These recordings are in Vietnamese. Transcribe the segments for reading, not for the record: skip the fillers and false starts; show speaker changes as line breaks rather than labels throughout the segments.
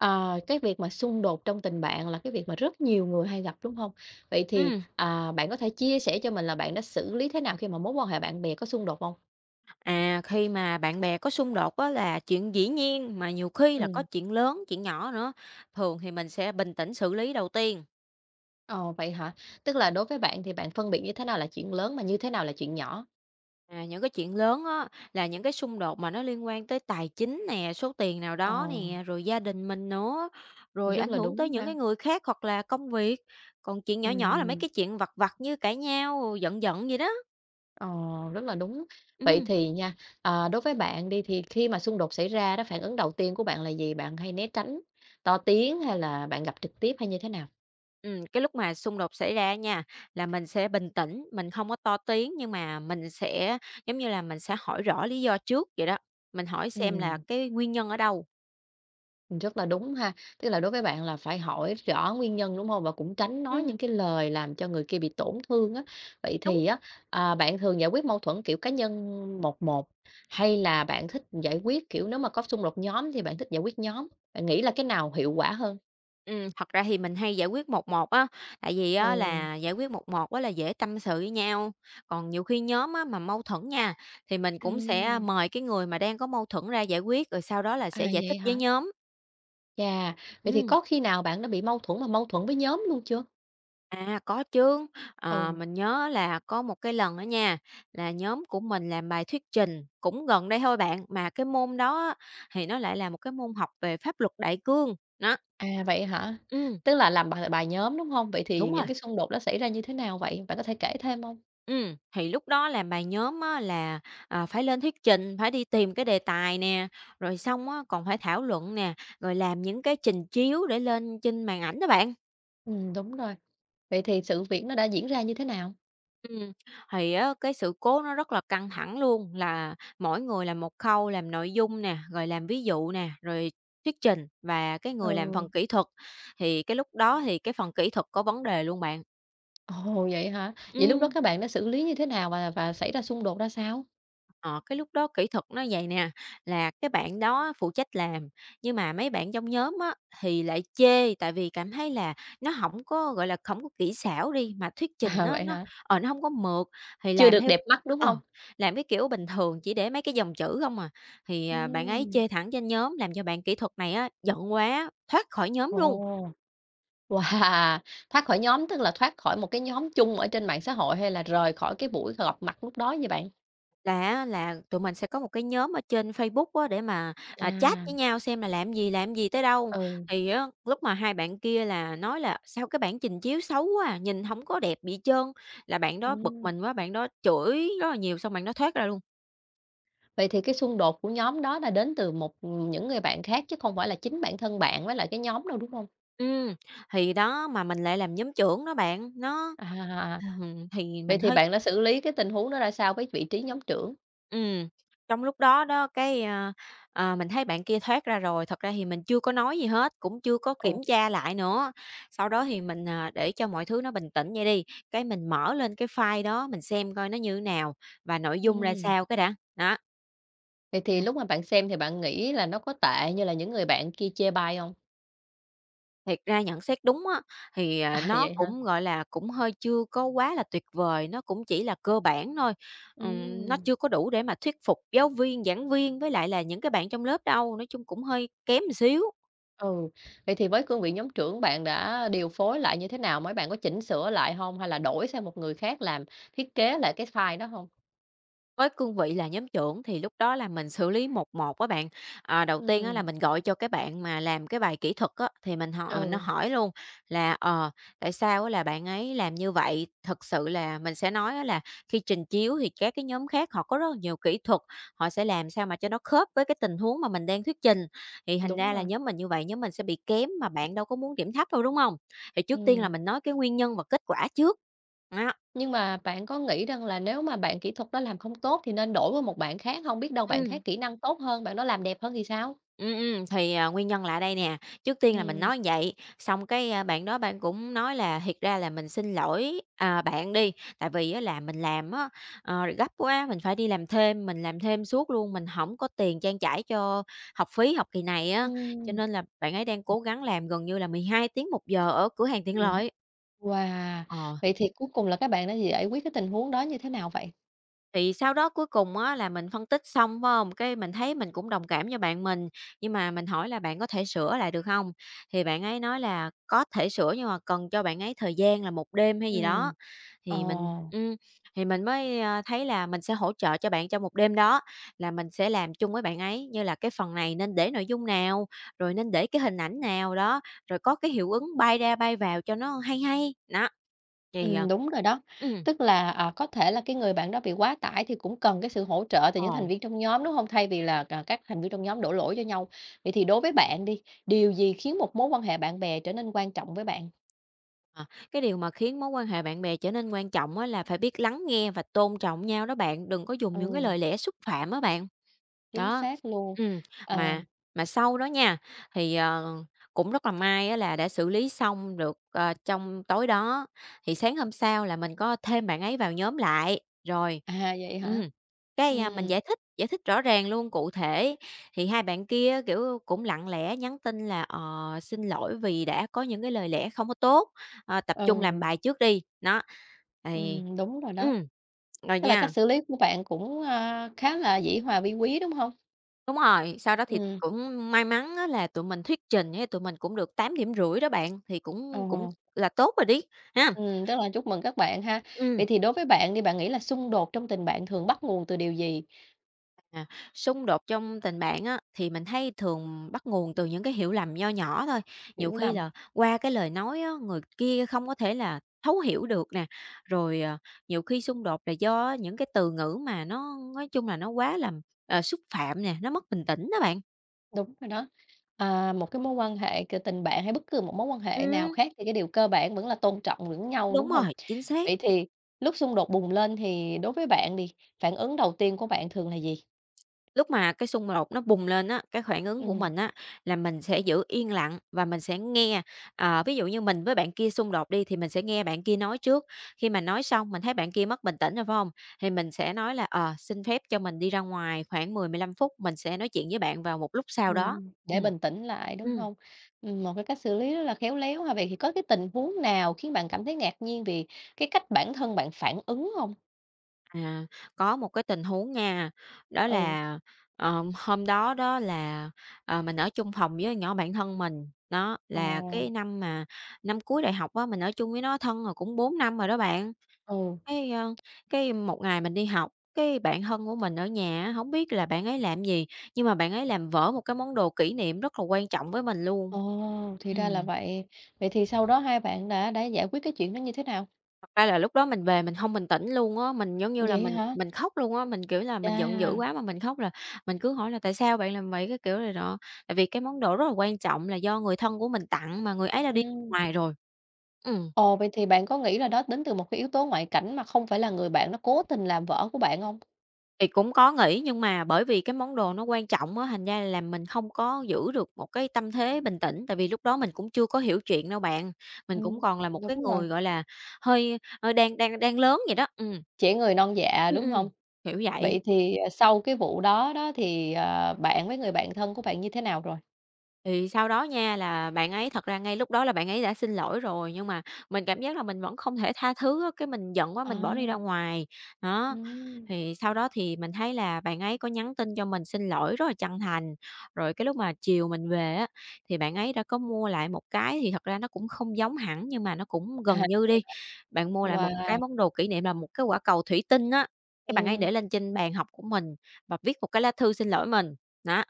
Ờ, cái việc mà xung đột trong tình bạn là cái việc mà rất nhiều người hay gặp, đúng không? Vậy thì,
Ừm,
bạn có thể chia sẻ cho mình là bạn đã xử lý thế nào khi mà mối quan hệ bạn bè có xung đột không?
Khi mà bạn bè có xung đột á là chuyện dĩ nhiên, mà nhiều khi là có
Ừm,
chuyện lớn, chuyện nhỏ nữa. Thường thì mình sẽ bình tĩnh xử lý đầu tiên.
ờ, vậy hả? Tức là đối với bạn thì bạn phân biệt như thế nào là chuyện lớn mà như thế nào là chuyện nhỏ?
Những cái chuyện lớn á, là những cái xung đột mà nó liên quan tới tài chính nè, số tiền nào
Ờ,
đó nè, rồi gia đình mình nữa, rồi
rất
ảnh
là
hưởng tới
đúng
những
ha.
cái người khác hoặc là công việc. Còn chuyện nhỏ nhỏ là mấy
Ừm,
cái chuyện vặt vặt như cãi nhau, giận giận gì đó.
ờ, rất là đúng. Vậy
Ừm.
thì nha, đối với bạn đi thì khi mà xung đột xảy ra đó, phản ứng đầu tiên của bạn là gì? Bạn hay né tránh, to tiếng hay là bạn gặp trực tiếp hay như thế nào?
Cái lúc mà xung đột xảy ra nha, là mình sẽ bình tĩnh, mình không có to tiếng, nhưng mà mình sẽ, giống như là, mình sẽ hỏi rõ lý do trước vậy đó, mình hỏi xem là
Ừm.
cái nguyên nhân ở đâu.
Rất là đúng ha. Tức là đối với bạn là phải hỏi rõ nguyên nhân, đúng không? Và cũng tránh nói những
Ừm,
cái lời làm cho người kia bị tổn thương á. Vậy
đúng.
thì á, bạn thường giải quyết mâu thuẫn kiểu cá nhân một một, hay là bạn thích giải quyết, kiểu, nếu mà có xung đột nhóm thì bạn thích giải quyết nhóm? Bạn nghĩ là cái nào hiệu quả hơn?
Thật ra thì mình hay giải quyết một một á, tại vì á
Ừ.
là giải quyết một một á là dễ tâm sự với nhau, còn nhiều khi nhóm á mà mâu thuẫn nha, thì mình cũng sẽ
Ừm,
mời cái người mà đang có mâu thuẫn ra giải quyết, rồi sau đó là
à,
sẽ giải
vậy
thích với
hả?
nhóm.
Chà, vậy thì
Ừm.
có khi nào bạn đã bị mâu thuẫn mà mâu thuẫn với nhóm luôn chưa?
Có chứ,
Ừ.
mình nhớ là có một cái lần á nha, là nhóm của mình làm bài thuyết trình, cũng gần đây thôi bạn, mà cái môn đó á, thì nó lại là một cái môn học về pháp luật đại cương, đó.
À, vậy hả?
Ừm,
Tức là làm bài bài nhóm, đúng không? Vậy thì
đúng
những
rồi,
cái xung đột đó xảy ra như thế nào vậy? Bạn có thể kể thêm không?
thì lúc đó làm bài nhóm á là, phải lên thuyết trình, phải đi tìm cái đề tài nè, rồi xong á còn phải thảo luận nè, rồi làm những cái trình chiếu để lên trên màn ảnh đó bạn.
Đúng rồi. Vậy thì sự việc nó đã diễn ra như thế nào?
Ừm, thì á, cái sự cố nó rất là căng thẳng luôn, là mỗi người làm một khâu làm nội dung nè, rồi làm ví dụ nè, rồi thuyết trình và cái người làm
Ừ.
phần kỹ thuật, thì cái lúc đó thì cái phần kỹ thuật có vấn đề luôn bạn.
Ồ, vậy hả? Vậy lúc đó
Ừm.
các bạn đã xử lý như thế nào và xảy ra xung đột ra sao?
Ờ, cái lúc đó kỹ thuật nó vậy nè, là cái bạn đó phụ trách làm, nhưng mà mấy bạn trong nhóm á, thì lại chê, tại vì cảm thấy là nó hổng có, gọi là, hổng có kỹ xảo đi, mà thuyết trình
À,
nó
vậy
nó
hả?
nó hông có mượt, thì
Chưa
làm
được
theo
đẹp mắt, đúng không?
ờ, làm cái kiểu bình thường chỉ để mấy cái dòng chữ không à. Thì bạn ấy
Ừm,
chê thẳng trên nhóm, làm cho bạn kỹ thuật này á giận quá, thoát khỏi nhóm luôn.
ồ, wow! Thoát khỏi nhóm tức là thoát khỏi một cái nhóm chung ở trên mạng xã hội hay là rời khỏi cái buổi gặp mặt lúc đó vậy bạn?
Là á là tụi mình sẽ có một cái nhóm ở trên Facebook á để mà, chat
À,
với nhau xem là làm gì tới đâu.
ừ,
Thì á, lúc mà hai bạn kia là nói là "Sao cái bản trình chiếu xấu quá à, nhìn không có đẹp gì hết trơn." Là bạn đó bực
ừm.
mình quá, bạn đó chửi rất là nhiều, xong bạn đó thoát ra luôn.
Vậy thì cái xung đột của nhóm đó là đến từ một những người bạn khác chứ không phải là chính bản thân bạn với lại cái nhóm đâu, đúng không?
Ừm, thì đó, mà mình lại làm nhóm trưởng đó bạn, nó
À.
thì
Vậy
mình
thì
hơi
bạn đã xử lý cái tình huống đó ra sao với vị trí nhóm trưởng?
Ừm, trong lúc đó đó, mình thấy bạn kia thoát ra rồi, thật ra thì mình chưa có nói gì hết, cũng chưa có
Ồ,
kiểm tra lại nữa. Sau đó thì mình, để cho mọi thứ nó bình tĩnh vậy đi, cái mình mở lên cái file đó, mình xem coi nó như thế nào và nội dung ra
ừm.
sao cái đã, đó.
Vậy thì lúc mà bạn xem thì bạn nghĩ là nó có tệ như là những người bạn kia chê bai hông?
Thiệt ra nhận xét đúng á, thì,
À,
nó
vậy hả?
cũng, gọi là, cũng hơi chưa có quá là tuyệt vời, nó cũng chỉ là cơ bản thôi. Nó
Ừm.
chưa có đủ để mà thuyết phục giáo viên, giảng viên với lại là những cái bạn trong lớp đâu, nói chung cũng hơi kém một xíu.
Ừ, vậy thì với cương vị nhóm trưởng bạn đã điều phối lại như thế nào? Mấy bạn có chỉnh sửa lại hông hay là đổi sang một người khác làm thiết kế lại cái file đó hông?
Với cương vị là nhóm trưởng thì lúc đó là mình xử lý một một các bạn. Ờ, đầu tiên á
Ừm.
là mình gọi cho cái bạn mà làm cái bài kỹ thuật á, thì mình hỏi mình nó
Ừ,
hỏi luôn là, tại sao á là bạn ấy làm như vậy? Thật sự là mình sẽ nói á là khi trình chiếu thì các cái nhóm khác họ có rất là nhiều kỹ thuật, họ sẽ làm sao mà cho nó khớp với cái tình huống mà mình đang thuyết trình. Thì thành
đúng
ra là
rồi.
nhóm mình như vậy, nhóm mình sẽ bị kém mà bạn đâu có muốn điểm thấp đâu, đúng không? Thì trước tiên là
Ừm.
mình nói cái nguyên nhân và kết quả trước. Đó,
Nhưng mà bạn có nghĩ rằng là nếu mà bạn kỹ thuật đó làm không tốt thì nên đổi qua một bạn khác hông? Biết đâu bạn khác
ừm.
kỹ năng tốt hơn, bạn đó làm đẹp hơn thì sao?
Thì, nguyên nhân là ở đây nè, trước tiên là mình
Ừm.
nói vậy, xong cái bạn đó bạn cũng nói là "Thiệt ra là mình xin lỗi, à, bạn đi, tại vì á là mình làm á, ờ, gấp quá, mình phải đi làm thêm, mình làm thêm suốt luôn, mình không có tiền trang trải cho học phí học kỳ này á, cho
Ừm,
nên là bạn ấy đang cố gắng làm gần như là 12 tiếng 1 giờ ở cửa hàng tiện
ừm,
lợi."
wow!
Ờ.
Vậy thì cuối cùng là các bạn đã giải quyết cái tình huống đó như thế nào vậy?
Thì sau đó cuối cùng á là mình phân tích xong, phải hông? Cái mình thấy mình cũng đồng cảm cho bạn mình, nhưng mà mình hỏi là "Bạn có thể sửa lại được không?" Thì bạn ấy nói là "Có thể sửa nhưng mà cần cho bạn ấy thời gian là một đêm" hay gì đó.
Ừm, ờ,
Thì mình ừm, thì mình mới, thấy là mình sẽ hỗ trợ cho bạn trong một đêm đó, là mình sẽ làm chung với bạn ấy, như là cái phần này nên để nội dung nào, rồi nên để cái hình ảnh nào đó, rồi có cái hiệu ứng bay ra bay vào cho nó hay hay. Đó, thì, ờ
đúng rồi đó.
ừm,
Tức là, có thể là cái người bạn đó bị quá tải thì cũng cần cái sự hỗ trợ từ những thành
ờ.
viên trong nhóm, đúng hông? Thay vì là, các thành viên trong nhóm đổ lỗi cho nhau. Vậy thì đối với bạn đi, điều gì khiến một mối quan hệ bạn bè trở nên quan trọng với bạn?
À, cái điều mà khiến mối quan hệ bạn bè trở nên quan trọng á là phải biết lắng nghe và tôn trọng nhau đó bạn, đừng có dùng những cái
Ừ,
lời lẽ xúc phạm á bạn.
chính
Đó,
xác luôn.
ừm,
Ờ,
mà sau đó nha, thì, cũng rất là may á là đã xử lý xong được, ờ, trong tối đó, thì sáng hôm sau là mình có thêm bạn ấy vào nhóm lại, rồi
à, vậy hả?
ừm, mình
Ừm,
giải thích rõ ràng luôn, cụ thể, thì hai bạn kia, kiểu, cũng lặng lẽ nhắn tin là "Ờ, xin lỗi vì đã có những cái lời lẽ không có tốt, ờ, tập trung làm
ừ,
bài trước đi." Đó, thì
đúng rồi đó.
ừm, rồi
Tức là cách
nha.
xử lý của bạn cũng, khá là dĩ hòa vi quý, đúng hông?
Đúng rồi, sau đó thì
Ừm,
cũng may mắn á là tụi mình thuyết trình ấy, tụi mình cũng được 8,5 điểm đó bạn, thì cũng cũng
ồ,
là tốt rồi đi, ha.
tức là chúc mừng các bạn ha.
Ừm.
Vậy thì đối với bạn đi, bạn nghĩ là xung đột trong tình bạn thường bắt nguồn từ điều gì?
À, xung đột trong tình bạn á, thì mình thấy thường bắt nguồn từ những cái hiểu lầm nho nhỏ thôi, nhiều
Hiểu
khi
lầm?
là qua cái lời nói á, người kia không có thể là thấu hiểu được nè, rồi, nhiều khi xung đột là do những cái từ ngữ mà nó nói chung là nó quá làm xúc phạm nè, nó mất bình tĩnh đó bạn.
Đúng rồi đó. À, một cái mối quan hệ c tình bạn hay bất cứ một mối quan hệ nào
Ừm,
khác thì cái điều cơ bản vẫn là tôn trọng lẫn nhau,
đúng
đúng không?
rồi, chính xác.
Vậy thì lúc xung đột bùng lên thì đối với bạn đi, phản ứng đầu tiên của bạn thường là gì?
Lúc mà cái xung đột nó bùng lên á, cái phản ứng của
Ừm,
mình á, là mình sẽ giữ yên lặng và mình sẽ nghe. Ờ, ví dụ như mình với bạn kia xung đột đi, thì mình sẽ nghe bạn kia nói trước. Khi mà nói xong, mình thấy bạn kia mất bình tĩnh rồi, phải không? Thì mình sẽ nói là "Ờ, xin phép cho mình đi ra ngoài khoảng 10, 15 phút, mình sẽ nói chuyện với bạn vào một lúc sau đó."
để
Ừm.
bình tĩnh lại, đúng
Ừm.
không? Một cái cách xử lý rất là khéo léo ha. Vậy thì có cái tình huống nào khiến bạn cảm thấy ngạc nhiên vì cái cách bản thân bạn phản ứng không?
À, có một cái tình huống nha, đó
Ừ.
là, hôm đó đó là, mình ở chung phòng với nhỏ bạn thân mình, đó,
Ồ,
là cái năm mà năm cuối đại học á, mình ở chung với nó thân rồi cũng 4 năm rồi đó bạn.
ừ,
Cái, ơ, cái một ngày mình đi học, cái bạn thân của mình ở nhà á, hổng biết là bạn ấy làm gì, nhưng mà bạn ấy làm vỡ một cái món đồ kỷ niệm rất là quan trọng với mình luôn.
ồ, thì ra là
Ừm.
vậy. Vậy thì sau đó hai bạn đã giải quyết cái chuyện đó như thế nào?
Thật ra là lúc đó mình về mình không bình tĩnh luôn á, mình, giống như là,
Vậy
mình
hả?
mình khóc luôn á, mình, kiểu là, mình giận dữ
Chà,
quá mà mình khóc là mình cứ hỏi là "Tại sao bạn làm vậy?" Cái kiểu này nọ. Tại vì cái món đồ rất là quan trọng là do người thân của mình tặng mà người ấy đã đi
ừm.
ngoài rồi. Ừm,
Ồ, vậy thì bạn có nghĩ là đó đến từ một cái yếu tố ngoại cảnh mà không phải là người bạn nó cố tình làm vỡ của bạn không?
thì cũng có nghĩ nhưng mà bởi vì cái món đồ nó quan trọng á, thành ra là mình không có giữ được một cái tâm thế bình tĩnh, tại vì lúc đó mình cũng chưa có hiểu chuyện đâu bạn. Mình cũng
Ừm,
còn là một
đúng
cái
rồi,
người, gọi là, hơi hơi đang đang đang lớn vậy đó.
trẻ người non dạ,
Ừm,
đúng
ừm,
không?
kiểu vậy.
Vậy thì, sau cái vụ đó đó thì, bạn với người bạn thân của bạn như thế nào rồi?
Thì sau đó nha là bạn ấy thật ra ngay lúc đó là bạn ấy đã xin lỗi rồi, nhưng mà mình cảm giác là mình vẫn không thể tha thứ á, cái mình giận quá
À,
mình bỏ đi ra ngoài. Đó,
ừm.
thì sau đó thì mình thấy là bạn ấy có nhắn tin cho mình xin lỗi rất là chân thành. Rồi cái lúc mà chiều mình về á, thì bạn ấy đã có mua lại một cái thì thật ra nó cũng không giống hẳn nhưng mà nó cũng
À,
gần như đi. Bạn mua lại một cái
wow,
món đồ kỷ niệm là một cái quả cầu thủy tinh á, cái bạn ấy
ừm.
để lên trên bàn học của mình và viết một cái lá thư xin lỗi mình. Đó.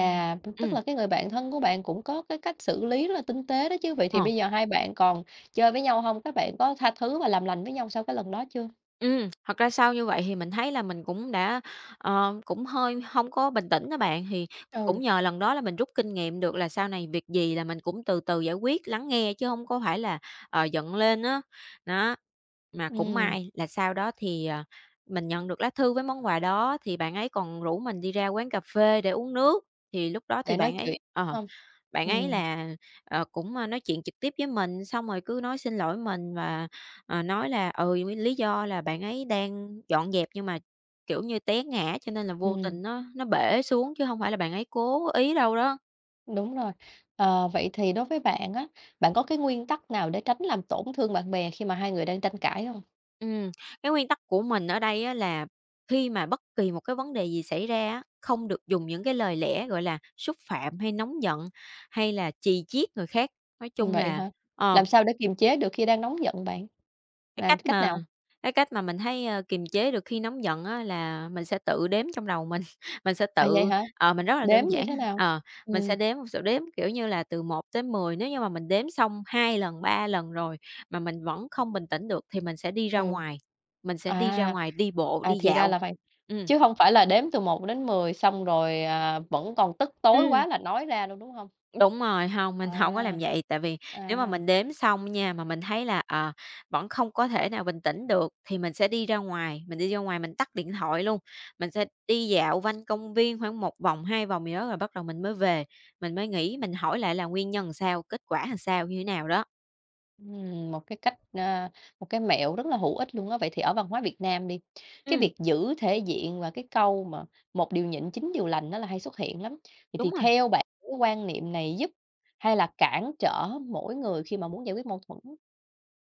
Ừm.
tức
Ừm,
là cái người bạn thân của bạn cũng có cái cách xử lý rất là tinh tế đó chứ. Vậy thì
ờ.
bây giờ hai bạn còn chơi với nhau hông? Các bạn có tha thứ và làm lành với nhau sau cái lần đó chưa?
Thật ra sau như vậy thì mình thấy là mình cũng đã, cũng hơi không có bình tĩnh á bạn, thì
Ừ.
cũng nhờ lần đó là mình rút kinh nghiệm được là sau này việc gì là mình cũng từ từ giải quyết, lắng nghe chứ không có phải là, giận lên á. Đó, mà cũng
Ừm,
may là sau đó thì, mình nhận được lá thư với món quà đó thì bạn ấy còn rủ mình đi ra quán cà phê để uống nước, thì lúc đó thì
để nói
bạn
chuyện,
ấy
đúng
ờ.
hông?
Bạn ấy
Ừm,
là, cũng, nói chuyện trực tiếp với mình, xong rồi cứ nói xin lỗi mình và, nói là, lý do là bạn ấy đang dọn dẹp nhưng mà, kiểu như, té ngã cho nên là vô
ừm,
tình nó bể xuống chứ không phải là bạn ấy cố ý đâu đó.
đúng rồi. Ờ, vậy thì đối với bạn á, bạn có cái nguyên tắc nào để tránh làm tổn thương bạn bè khi mà hai người đang tranh cãi hông?
Ừm, cái nguyên tắc của mình ở đây á là khi mà bất kỳ một cái vấn đề gì xảy ra á, không được dùng những cái lời lẽ, gọi là, xúc phạm hay nóng giận hay là chì chiết người khác. Nói chung
Vậy
là
hả?
ờ,
Làm sao để kiềm chế được khi đang nóng giận bạn?
Cái
Làm
cách
cách nào?
mà cái cách mà mình thấy, kiềm chế được khi nóng giận á là mình sẽ tự đếm trong đầu mình, mình sẽ
À, vậy
tự
hả?
ờ, mình rất là đơn
Đếm như
giản
thế nào?
ờ, mình sẽ
Ừm.
đếm một số đếm, kiểu như là, từ một tới 10 nếu như mà mình đếm xong 2 lần, 3 lần rồi mà mình vẫn không bình tĩnh được thì mình sẽ đi ra
Ừ.
ngoài, mình sẽ đi ra
À,
ngoài đi bộ,
à,
đi
thì ra
dạo.
là vậy,
Ừ,
chứ hông phải là đếm từ một đến 10 xong rồi, vẫn còn tức tối
ừ.
quá là nói ra luôn, đúng hông?
Đúng rồi, hông, mình hổng có
À,
làm vậy, tại vì nếu mà
à,
mình đếm xong nha, mà mình thấy là, vẫn không có thể nào bình tĩnh được thì mình sẽ đi ra ngoài, mình đi ra ngoài mình tắt điện thoại luôn, mình sẽ đi dạo quanh công viên khoảng một vòng, 2 vòng gì đó rồi bắt đầu mình mới về, mình mới nghĩ, mình hỏi lại là nguyên nhân sao, kết quả làm sao, như thế nào đó.
một cái cách, một cái mẹo rất là hữu ích luôn á. Vậy thì ở văn hóa Việt Nam đi, cái
Ừm,
việc giữ thể diện và cái câu mà "một điều nhịn, chín điều lành" nó là hay xuất hiện lắm. Vậy
đúng
thì
rồi.
theo bạn cái quan niệm này giúp hay là cản trở mỗi người khi mà muốn giải quyết mâu thuẫn?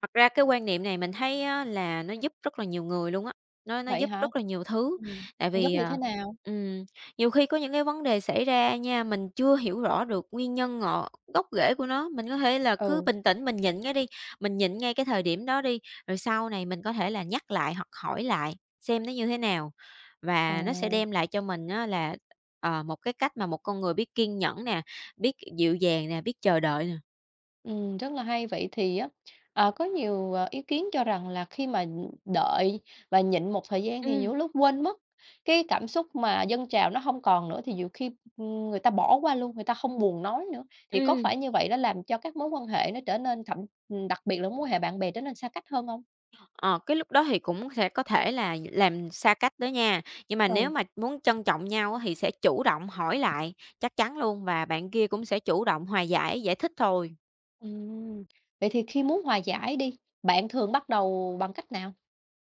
Thật ra cái quan niệm này mình thấy á là nó giúp rất là nhiều người luôn á, nó
Vậy
giúp
hả?
rất là nhiều thứ.
Ừm,
Tại
giống
vì,
như thế
ờ
nào?
ừm, nhiều khi có những cái vấn đề xảy ra nha, mình chưa hiểu rõ được nguyên nhân ngọn gốc rễ của nó, mình có thể là cứ
Ừ,
bình tĩnh mình nhịn cái đi, mình nhịn ngay cái thời điểm đó đi, rồi sau này mình có thể là nhắc lại hoặc hỏi lại xem nó như thế nào.
ờ.
Và nó sẽ đem lại cho mình á là, một cái cách mà một con người biết kiên nhẫn nè, biết dịu dàng nè, biết chờ đợi nè.
Rất là hay. Vậy thì á, có nhiều, ý kiến cho rằng là khi mà đợi và nhịn một thời gian thì
Ừm,
nhiều lúc quên mất cái cảm xúc mà dâng trào nó không còn nữa, thì nhiều khi, người ta bỏ qua luôn, người ta không buồn nói nữa. Thì có
ừm.
phải như vậy nó làm cho các mối quan hệ nó trở nên thậm đặc biệt là mối quan hệ bạn bè trở nên xa cách hơn không?
Ờ, cái lúc đó thì cũng sẽ có thể là làm xa cách đó nha, nhưng mà nếu
Ừ.
mà muốn trân trọng nhau á thì sẽ chủ động hỏi lại, chắc chắn luôn và bạn kia cũng sẽ chủ động hòa giải, giải thích thôi.
Ừm, vậy thì khi muốn hòa giải đi, bạn thường bắt đầu bằng cách nào?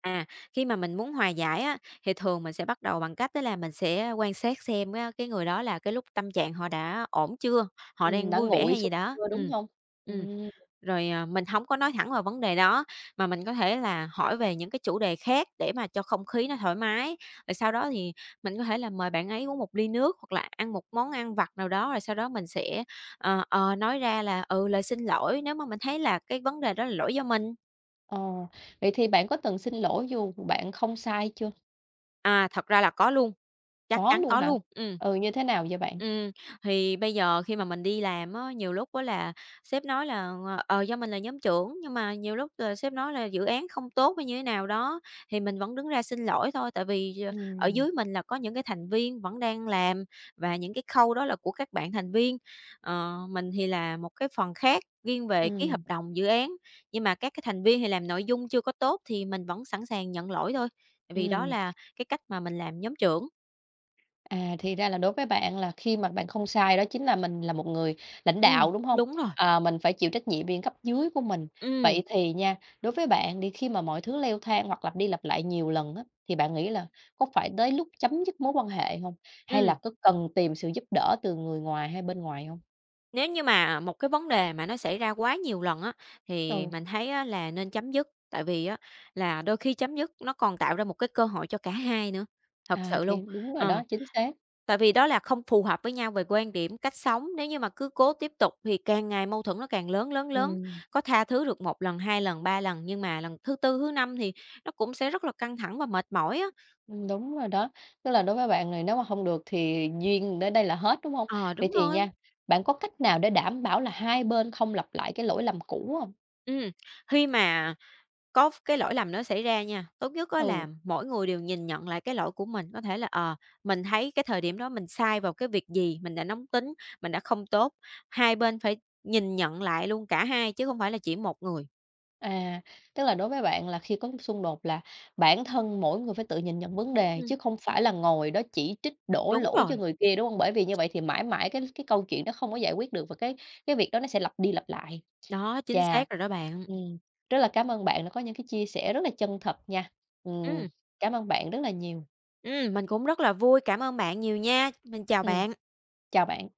À, khi mà mình muốn hòa giải á, thì thường mình sẽ bắt đầu bằng cách đó là mình sẽ quan sát xem á, cái người đó là cái lúc tâm trạng họ đã ổn chưa, họ đang
Đã
vui vẻ
nguội
hay gì
xuống
đó.
chưa, đúng
Ừm.
không?
Ừm.
Ừm,
Rồi, à, mình không có nói thẳng vào vấn đề đó, mà mình có thể là hỏi về những cái chủ đề khác để mà cho không khí nó thoải mái. Rồi sau đó thì mình có thể là mời bạn ấy uống một ly nước hoặc là ăn một món ăn vặt nào đó, rồi sau đó mình sẽ, nói ra là "Ừ, lời xin lỗi" nếu mà mình thấy là cái vấn đề đó là lỗi do mình.
ờ, vậy thì bạn có từng xin lỗi dù bạn không sai chưa?
À, thật ra là có luôn, chắc
Có
chắn
luôn
có
hả?
luôn, ừ.
Ừ, như thế nào vậy bạn?
Ừm, thì bây giờ khi mà mình đi làm á, nhiều lúc á là sếp nói là, do mình là nhóm trưởng, nhưng mà nhiều lúc là sếp nói là dự án không tốt hay như thế nào đó, thì mình vẫn đứng ra xin lỗi thôi, tại vì, ở
Ừm,
dưới mình là có những cái thành viên vẫn đang làm và những cái khâu đó là của các bạn thành viên. Ờ, mình thì là một cái phần khác riêng về ký hợp
ừm,
đồng dự án, nhưng mà các cái thành viên thì làm nội dung chưa có tốt thì mình vẫn sẵn sàng nhận lỗi thôi, tại vì đó
ừm.
là cái cách mà mình làm nhóm trưởng.
À, thì ra là đối với bạn là khi mà bạn không sai đó chính là mình là một người lãnh đạo,
Ừm,
đúng hông?
đúng rồi.
Ờ, mình phải chịu trách nhiệm về cấp dưới của mình.
Ừm,
Vậy thì nha, đối với bạn đi, khi mà mọi thứ leo thang hoặc lặp đi lặp lại nhiều lần á, thì bạn nghĩ là có phải tới lúc chấm dứt mối quan hệ hông? Hay là
ừm,
có cần tìm sự giúp đỡ từ người ngoài hay bên ngoài hông?
nếu như mà một cái vấn đề mà nó xảy ra quá nhiều lần á, thì
Ừ,
mình thấy á là nên chấm dứt, tại vì á là đôi khi chấm dứt nó còn tạo ra một cái cơ hội cho cả hai nữa, thật
à,
sự
thì
luôn.
đúng rồi
Ờ,
đó, chính xác.
tại vì đó là không phù hợp với nhau về quan điểm, cách sống, nếu như mà cứ cố tiếp tục thì càng ngày mâu thuẫn nó càng lớn, lớn, lớn.
Ừm.
Có tha thứ được một lần, 2 lần, 3 lần, nhưng mà lần thứ tư, thứ năm thì nó cũng sẽ rất là căng thẳng và mệt mỏi á.
Đúng rồi đó. Tức là đối với bạn này nếu mà không được thì duyên đến đây là hết, đúng không?
Ờ,
Vậy
đúng
thì
rồi.
nha, bạn có cách nào để đảm bảo là hai bên không lặp lại cái lỗi lầm cũ không?
Ừm, khi mà có cái lỗi lầm nó xảy ra nha, tốt nhất á
Ừ,
là mỗi người đều nhìn nhận lại cái lỗi của mình, có thể là, mình thấy cái thời điểm đó mình sai vào cái việc gì, mình đã nóng tính, mình đã không tốt. Hai bên phải nhìn nhận lại luôn cả hai chứ không phải là chỉ một người.
à, tức là đối với bạn là khi có xung đột là bản thân mỗi người phải tự nhìn nhận vấn đề
Ừm.
chứ không phải là ngồi đó chỉ trích, đổ
Đúng
lỗi cho
rồi,
người kia, đúng không? Bởi vì như vậy thì mãi mãi cái câu chuyện đó không có giải quyết được và cái việc đó nó sẽ lặp đi lặp lại.
đó, chính
Chà,
xác rồi đó bạn.
ừm, rất là cảm ơn bạn đã có những cái chia sẻ rất là chân thật nha. Ừm,
Ừm,
cảm ơn bạn rất là nhiều.
mình cũng rất là vui, cảm ơn bạn nhiều nha, mình chào
Ừm,
bạn.
chào bạn.